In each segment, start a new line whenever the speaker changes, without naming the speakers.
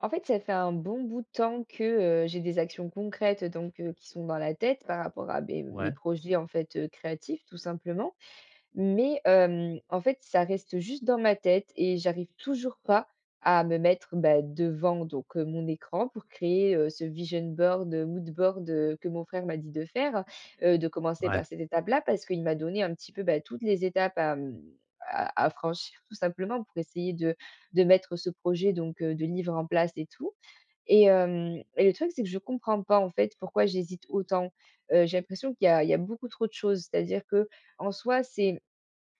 En fait, ça fait un bon bout de temps que, j'ai des actions concrètes donc qui sont dans la tête par rapport à mes
Ouais,
projets, en fait, créatifs, tout simplement. Ça reste juste dans ma tête et j'arrive toujours pas à me mettre, bah, devant donc mon écran pour créer, ce vision board, mood board, que mon frère m'a dit de faire. De commencer
ouais,
par cette étape-là parce qu'il m'a donné un petit peu, bah, toutes les étapes à franchir tout simplement pour essayer de mettre ce projet donc de livre en place et tout et le truc, c'est que je comprends pas, en fait, pourquoi j'hésite autant. J'ai l'impression qu'il y a beaucoup trop de choses. C'est-à-dire que en soi, c'est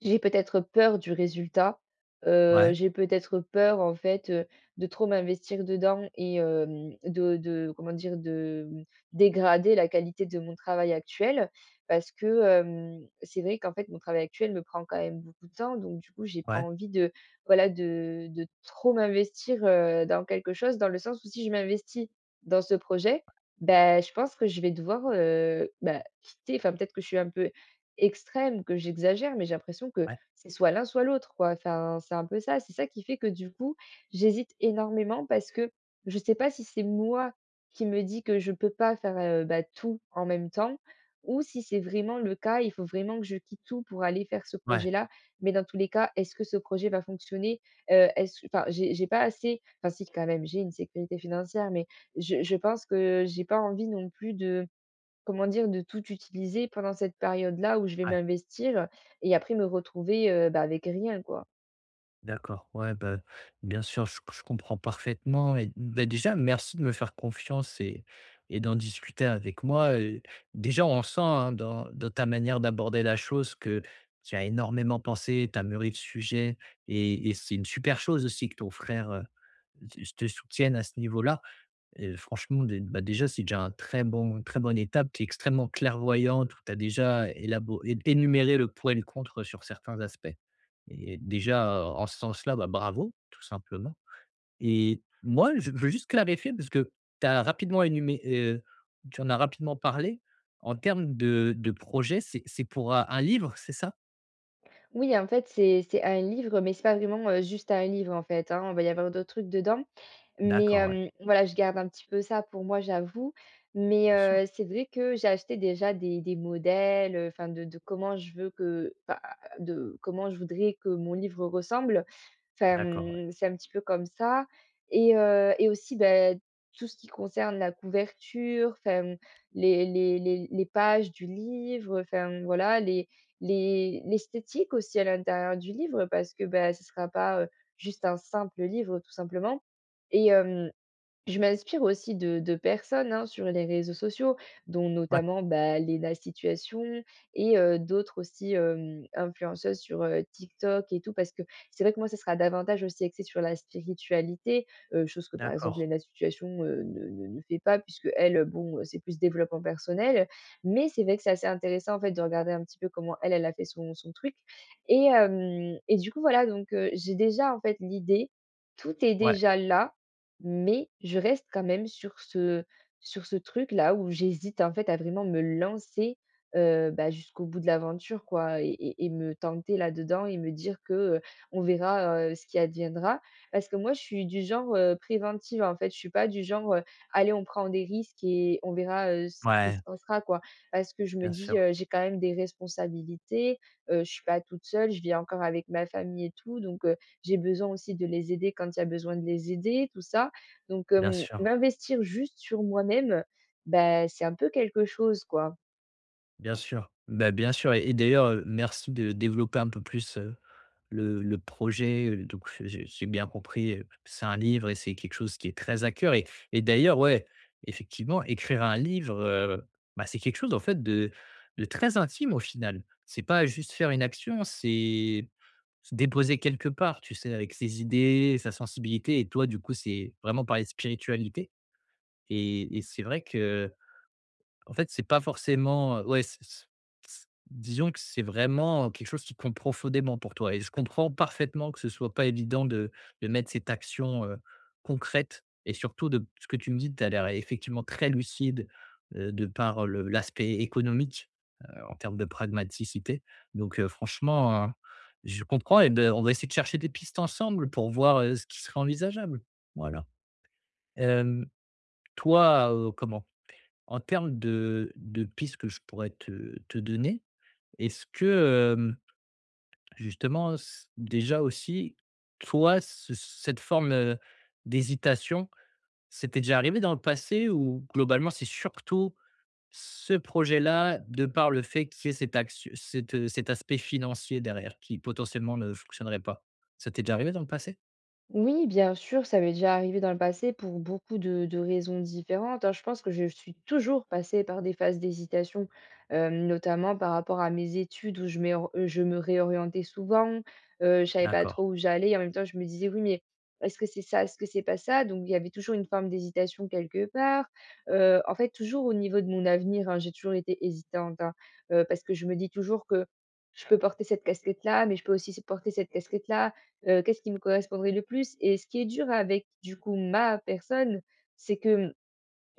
j'ai peut-être peur du résultat,
ouais,
j'ai peut-être peur, en fait, de trop m'investir dedans de comment dire? Dégrader la qualité de mon travail actuel. Parce que, c'est vrai qu'en fait, mon travail actuel me prend quand même beaucoup de temps, donc du coup, j'ai pas
ouais,
envie de, voilà, de trop m'investir, dans quelque chose, dans le sens où si je m'investis dans ce projet, ben, je pense que je vais devoir, quitter enfin, peut-être que je suis un peu extrême, que j'exagère, mais j'ai l'impression que
ouais,
c'est soit l'un, soit l'autre, quoi. Enfin, c'est un peu ça. C'est ça qui fait que du coup, j'hésite énormément parce que je sais pas si c'est moi qui me dis que je peux pas faire, tout en même temps ou si c'est vraiment le cas, il faut vraiment que je quitte tout pour aller faire ce
ouais,
projet-là. Mais dans tous les cas, est-ce que ce projet va fonctionner? Est-ce enfin, j'ai pas assez enfin si, quand même, j'ai une sécurité financière, mais je pense que j'ai pas envie non plus de comment dire? De tout utiliser pendant cette période-là où je vais
ouais,
m'investir et après me retrouver, avec rien, quoi.
d'accord. Ouais, bah, bien sûr, je comprends parfaitement et bah, déjà, merci de me faire confiance et d'en discuter avec moi, déjà, on sent, hein, dans ta manière d'aborder la chose que tu as énormément pensé, tu as mûri le sujet et c'est une super chose aussi que ton frère, te soutienne à ce niveau-là. Et franchement, déjà, c'est déjà un très bon une très bonne étape. Tu es extrêmement clairvoyante, tu as déjà élabo é énuméré le pour et le contre sur certains aspects. Et déjà, en ce sens-là, bah, bravo, tout simplement. Et moi, je veux juste clarifier parce que tu as rapidement énumé heu, tu en as rapidement parlé. En termes de projet, c'est pour, un livre, c'est ça?
Oui, en fait, c'est un livre, mais c'est pas vraiment, juste un livre, en fait, hein. Il va y avoir d'autres trucs dedans.
D'accord, ouais,
Voilà, je garde un petit peu ça pour moi, j'avoue.
bien sûr.
C'est vrai que j'ai acheté déjà des modèles, enfin de comment je veux que enfin, de comment je voudrais que mon livre ressemble. Enfin,
D'accord, ouais.
mmh, c'est un petit peu comme ça et aussi, ben tout ce qui concerne la couverture, enfin, mmh, les pages du livre, enfin, mmh, voilà, les l'esthétique aussi à l'intérieur du livre parce que, ben ce ne sera pas, juste un simple livre, tout simplement. Et hem, je m'inspire aussi de personnes, hein, sur les réseaux sociaux, dont
Ouais,
notamment, bah, Léna Situation et d'autres aussi, influenceuses sur, TikTok et tout. Parce que c'est vrai que moi, ça sera davantage aussi axé sur la spiritualité, chose que, par exemple,
d'accord.
Lena Situation, ne fait pas puisqu'elle, bon, c'est plus développement personnel. Mais c'est vrai que c'est assez intéressant, en fait, de regarder un petit peu comment elle, elle a fait son truc et du coup, voilà, donc j'ai déjà, en fait, l'idée. Tout est
Ouais,
déjà là. Mais je reste quand même sur ce truc-là où j'hésite, en fait, à vraiment me lancer, jusqu'au bout de l'aventure, quoi et me tenter là-dedans et me dire que, on verra, ce qui adviendra. Parce que moi, je suis du genre, préventive, en fait. Je suis pas du genre, «Allez, on prend des risques et on verra, ce qui
ouais,
se passera», quoi. Parce que je me
bien
dis,
sûr,
«J'ai quand même des responsabilités, je suis pas toute seule, je vis encore avec ma famille et tout, donc j'ai besoin aussi de les aider quand il y a besoin de les aider, tout ça». Donc,
bien sûr.
m'investir juste sur moi-même, bah, c'est un peu quelque chose, quoi.
Bien sûr. Bah, bien sûr et d'ailleurs, merci de développer un peu plus, le projet, donc j'ai bien compris, c'est un livre et c'est quelque chose qui est très à cœur et d'ailleurs, ouais, effectivement, écrire un livre, bah, c'est quelque chose, en fait, de très intime, au final. C'est pas juste faire une action, c'est se déposer quelque part, tu sais, avec ses idées, sa sensibilité et toi, du coup, c'est vraiment parler de spiritualité et c'est vrai que en fait, c'est pas forcément, ouais, c c c disons que c'est vraiment quelque chose qui compte profondément pour toi et je comprends parfaitement que ce soit pas évident de mettre cette action, concrète et surtout de ce que tu me dis, tu as l'air effectivement très lucide, de par le l'aspect économique, en termes de pragmaticité. Donc, franchement, je comprends et de on va essayer de chercher des pistes ensemble pour voir, ce qui serait envisageable. Voilà. Hem, toi, comment en termes de pistes que je pourrais te donner, est-ce que, justement, s déjà aussi, toi, ce cette forme, d'hésitation, c'était déjà arrivé dans le passé ou globalement, c'est surtout ce projet-là, de par le fait qu'il y ait cet aspect financier derrière qui potentiellement ne fonctionnerait pas. Ça t'est déjà arrivé dans le passé?
Oui, bien sûr, ça m'est déjà arrivé dans le passé pour beaucoup de raisons différentes, hein. Je pense que je suis toujours passée par des phases d'hésitation, notamment par rapport à mes études où je me réorientais souvent, je savais pas
D'accord,
trop où j'allais, et en même temps je me disais oui, mais est-ce que c'est ça, est-ce que c'est pas ça? Donc il y avait toujours une forme d'hésitation quelque part. En fait, toujours au niveau de mon avenir, hein, j'ai toujours été hésitante, hein, parce que je me dis toujours que je peux porter cette casquette-là, mais je peux aussi porter cette casquette-là. Qu'est-ce qui me correspondrait le plus? Et ce qui est dur avec, du coup, ma personne, c'est que,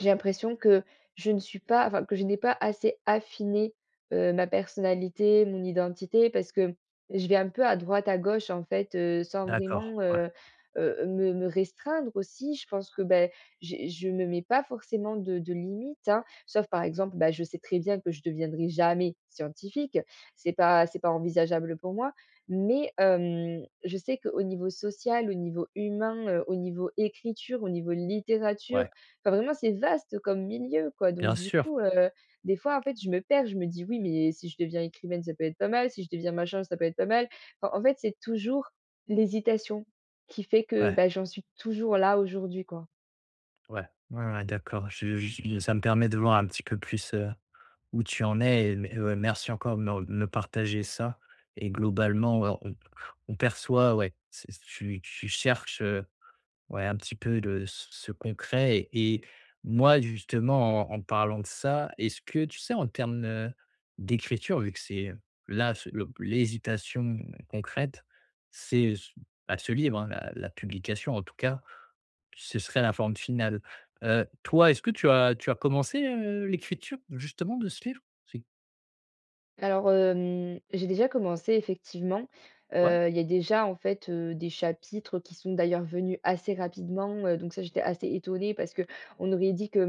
j'ai l'impression que je ne suis pas enfin, que je n'ai pas assez affiné, ma personnalité, mon identité parce que je vais un peu à droite, à gauche, en fait, sans
d'accord,
vraiment,
ouais,
me restreindre aussi. Je pense que, beh, j'ai je ne me mets pas forcément de limites, hein, sauf par exemple, bah, je sais très bien que je ne deviendrai jamais scientifique. C'est pas envisageable pour moi, mais je sais qu'au niveau social, au niveau humain, au niveau écriture, au niveau littérature,
ouais,
enfin, vraiment, c'est vaste comme milieu, quoi.
bien
Donc, du
sûr,
coup, des fois, en fait, je me perds. Je me dis: «Oui, mais si je deviens écrivaine, ça peut être pas mal. Si je deviens machin, ça peut être pas mal». Enfin, en fait, c'est toujours l'hésitation qui fait que,
ouais,
bah, j'en suis toujours là aujourd'hui, quoi.
ouais, ouais, ouais, d'accord. Je ça me permet de voir un petit peu plus, où tu en es. Et mais, merci encore de me partager ça et globalement, ouais, on perçoit, ouais, c'est tu cherches, ouais, un petit peu de ce concret et moi, justement, en en parlant de ça, est-ce que tu sais, en termes, d'écriture, vu que c'est, là, ce le l'hésitation concrète, c'est, ce bah, ce livre, hein, la publication, en tout cas, ce serait la forme finale. Toi, est-ce que tu as commencé, l'écriture, justement, de ce livre?
Alors, j'ai déjà commencé effectivement.
Ouais,
Il y a déjà en fait, des chapitres qui sont d'ailleurs venus assez rapidement, donc ça j'étais assez étonnée parce que on aurait dit que,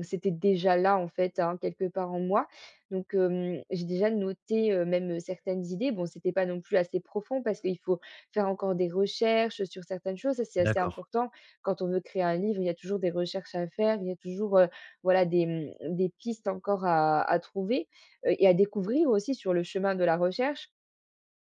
mmh, c'était déjà là en fait, hein, quelque part en moi. Donc, j'ai déjà noté, même, certaines idées. Bon, c'était pas non plus assez profond parce qu'il faut faire encore des recherches sur certaines choses. Ça, c'est assez
d'accord,
important. Quand on veut créer un livre, il y a toujours des recherches à faire, il y a toujours, voilà des, mmh, des pistes encore à trouver et à découvrir aussi sur le chemin de la recherche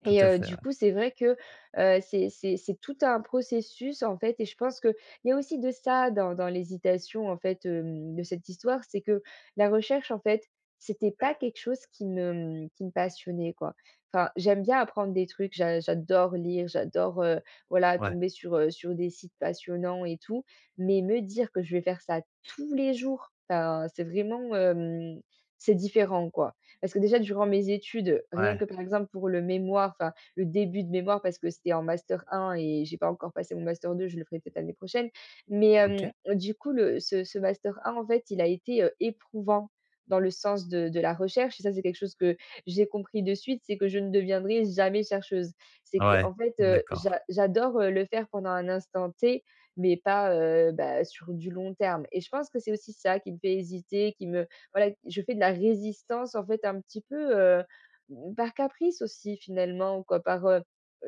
tout à fait, ouais.
du coup, c'est vrai que, c'est tout un processus, en fait et je pense qu'il y a aussi de ça dans l'hésitation, en fait, de cette histoire. C'est que la recherche, en fait, c'était pas quelque chose qui me passionnait, quoi. Enfin, j'aime bien apprendre des trucs, j'adore lire, j'adore, voilà,
Ouais,
tomber sur, sur des sites passionnants et tout, mais me dire que je vais faire ça tous les jours, enfin, c'est vraiment, c'est différent, quoi. Parce que déjà durant mes études, rien
ouais,
que par exemple pour le mémoire, enfin le début de mémoire parce que c'était en master 1 et j'ai pas encore passé mon master 2, je le ferai peut-être l'année prochaine. Mais
OK.
du coup le ce master 1 en fait, il a été, éprouvant dans le sens de la recherche et ça c'est quelque chose que j'ai compris de suite, c'est que je ne deviendrai jamais chercheuse. C'est que
Ouais,
en fait,
d'accord.
j'adore, le faire pendant un instant T, mais pas, sur du long terme et je pense que c'est aussi ça qui me fait hésiter, qui me voilà, je fais de la résistance en fait un petit peu, mmh, par caprice aussi finalement quoi,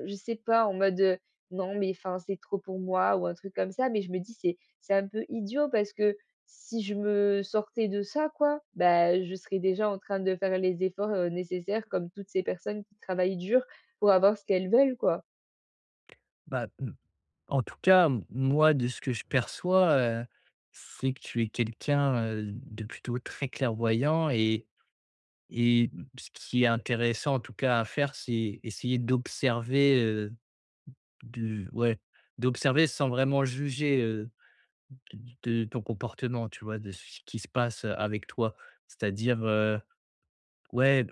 je sais pas en mode, «Non mais enfin c'est trop pour moi» ou un truc comme ça. Mais je me dis: c'est un peu idiot» parce que si je me sortais de ça quoi, bah, je serais déjà en train de faire les efforts, nécessaires comme toutes ces personnes qui travaillent dur pour avoir ce qu'elles veulent, quoi.
Bah, mmh, en tout cas, m moi, de ce que je perçois, c'est que tu es quelqu'un, de plutôt très clairvoyant et mmh, ce qui est intéressant, en tout cas, à faire, c'est essayer d'observer, de ouais, d'observer sans vraiment juger, de de ton comportement, tu vois? De ce qui se passe, avec toi. C'est-à-dire, ouais.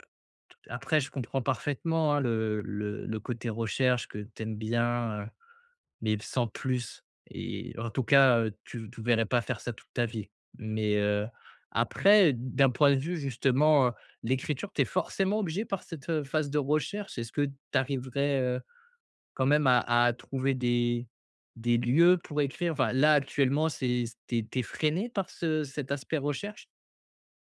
Après, je comprends parfaitement, hein, le côté recherche que tu aimes bien, mais sans plus et en tout cas, tu te verrais pas faire ça toute ta vie. Mais, après, d'un point de vue justement, l'écriture, tu es forcément obligé par cette, phase de recherche. Est-ce que tu arriverais, quand même à trouver des lieux pour écrire? Enfin, là, actuellement, c'est c tu es freiné par ce cet aspect recherche?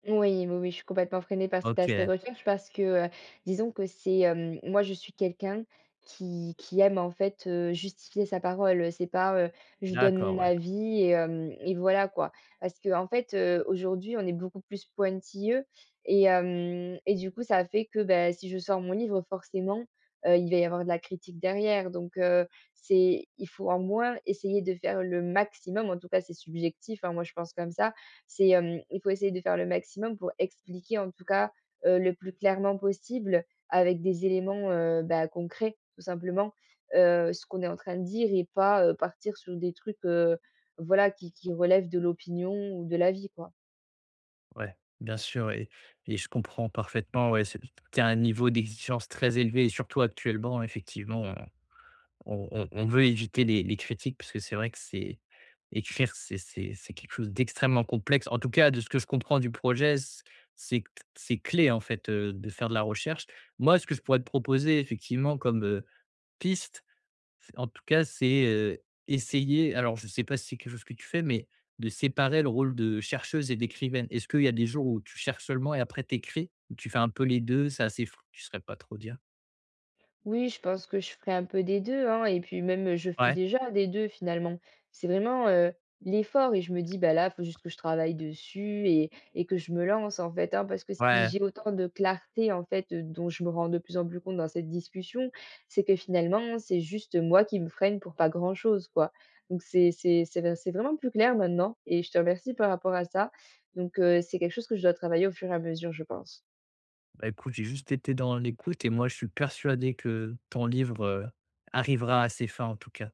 Oui, oui, oui, je suis complètement freinée par cet aspect
OK,
recherche parce que, disons que c'est, moi je suis quelqu'un qui aime en fait, justifier sa parole. C'est pas, je donne
d'accord,
mon
ouais.
avis et voilà quoi. Parce que en fait, aujourd'hui on est beaucoup plus pointilleux et du coup ça fait que, ben, si je sors mon livre forcément, il va y avoir de la critique derrière. Donc, c'est il faut au moins essayer de faire le maximum, en tout cas c'est subjectif, hein, moi je pense comme ça, c'est, il faut essayer de faire le maximum pour expliquer en tout cas, le plus clairement possible avec des éléments, concrets tout simplement, ce qu'on est en train de dire et pas, partir sur des trucs, voilà qui relèvent de l'opinion ou de l'avis, quoi.
Ouais, bien sûr et je comprends parfaitement, ouais, c'est tu un niveau d'exigence très élevé et surtout actuellement, effectivement, on veut éviter les critiques parce que c'est vrai que c'est écrire, c'est quelque chose d'extrêmement complexe. En tout cas, de ce que je comprends du projet, c'est c'est clé, en fait, de faire de la recherche. Moi, ce que je pourrais te proposer effectivement comme, piste, c'est en tout cas, c'est, essayer alors je ne sais pas si c'est quelque chose que tu fais, mais de séparer le rôle de chercheuse et d'écrivaine. Est-ce qu'il y a des jours où tu cherches seulement et après t'écris? Ou tu fais un peu les 2, c'est assez flou, tu ne saurais pas trop dire?
Oui, je pense que je ferai un peu des 2, hein et puis même, je fais
Ouais,
déjà des 2 finalement. C'est vraiment, l'effort et je me dis: «Bah, là, il faut juste que je travaille dessus et que je me lance, en fait, hein». Parce que si
ouais.
j'ai autant de clarté, en fait, dont je me rends de plus en plus compte dans cette discussion, c'est que finalement, c'est juste moi qui me freine pour pas grand-chose, quoi. Donc c'est vraiment plus clair maintenant et je te remercie par rapport à ça. Donc c'est quelque chose que je dois travailler au fur et à mesure, je pense.
Bah, écoute, j'ai juste été dans l'écoute et moi je suis persuadé que ton livre, arrivera à ses fins en tout cas.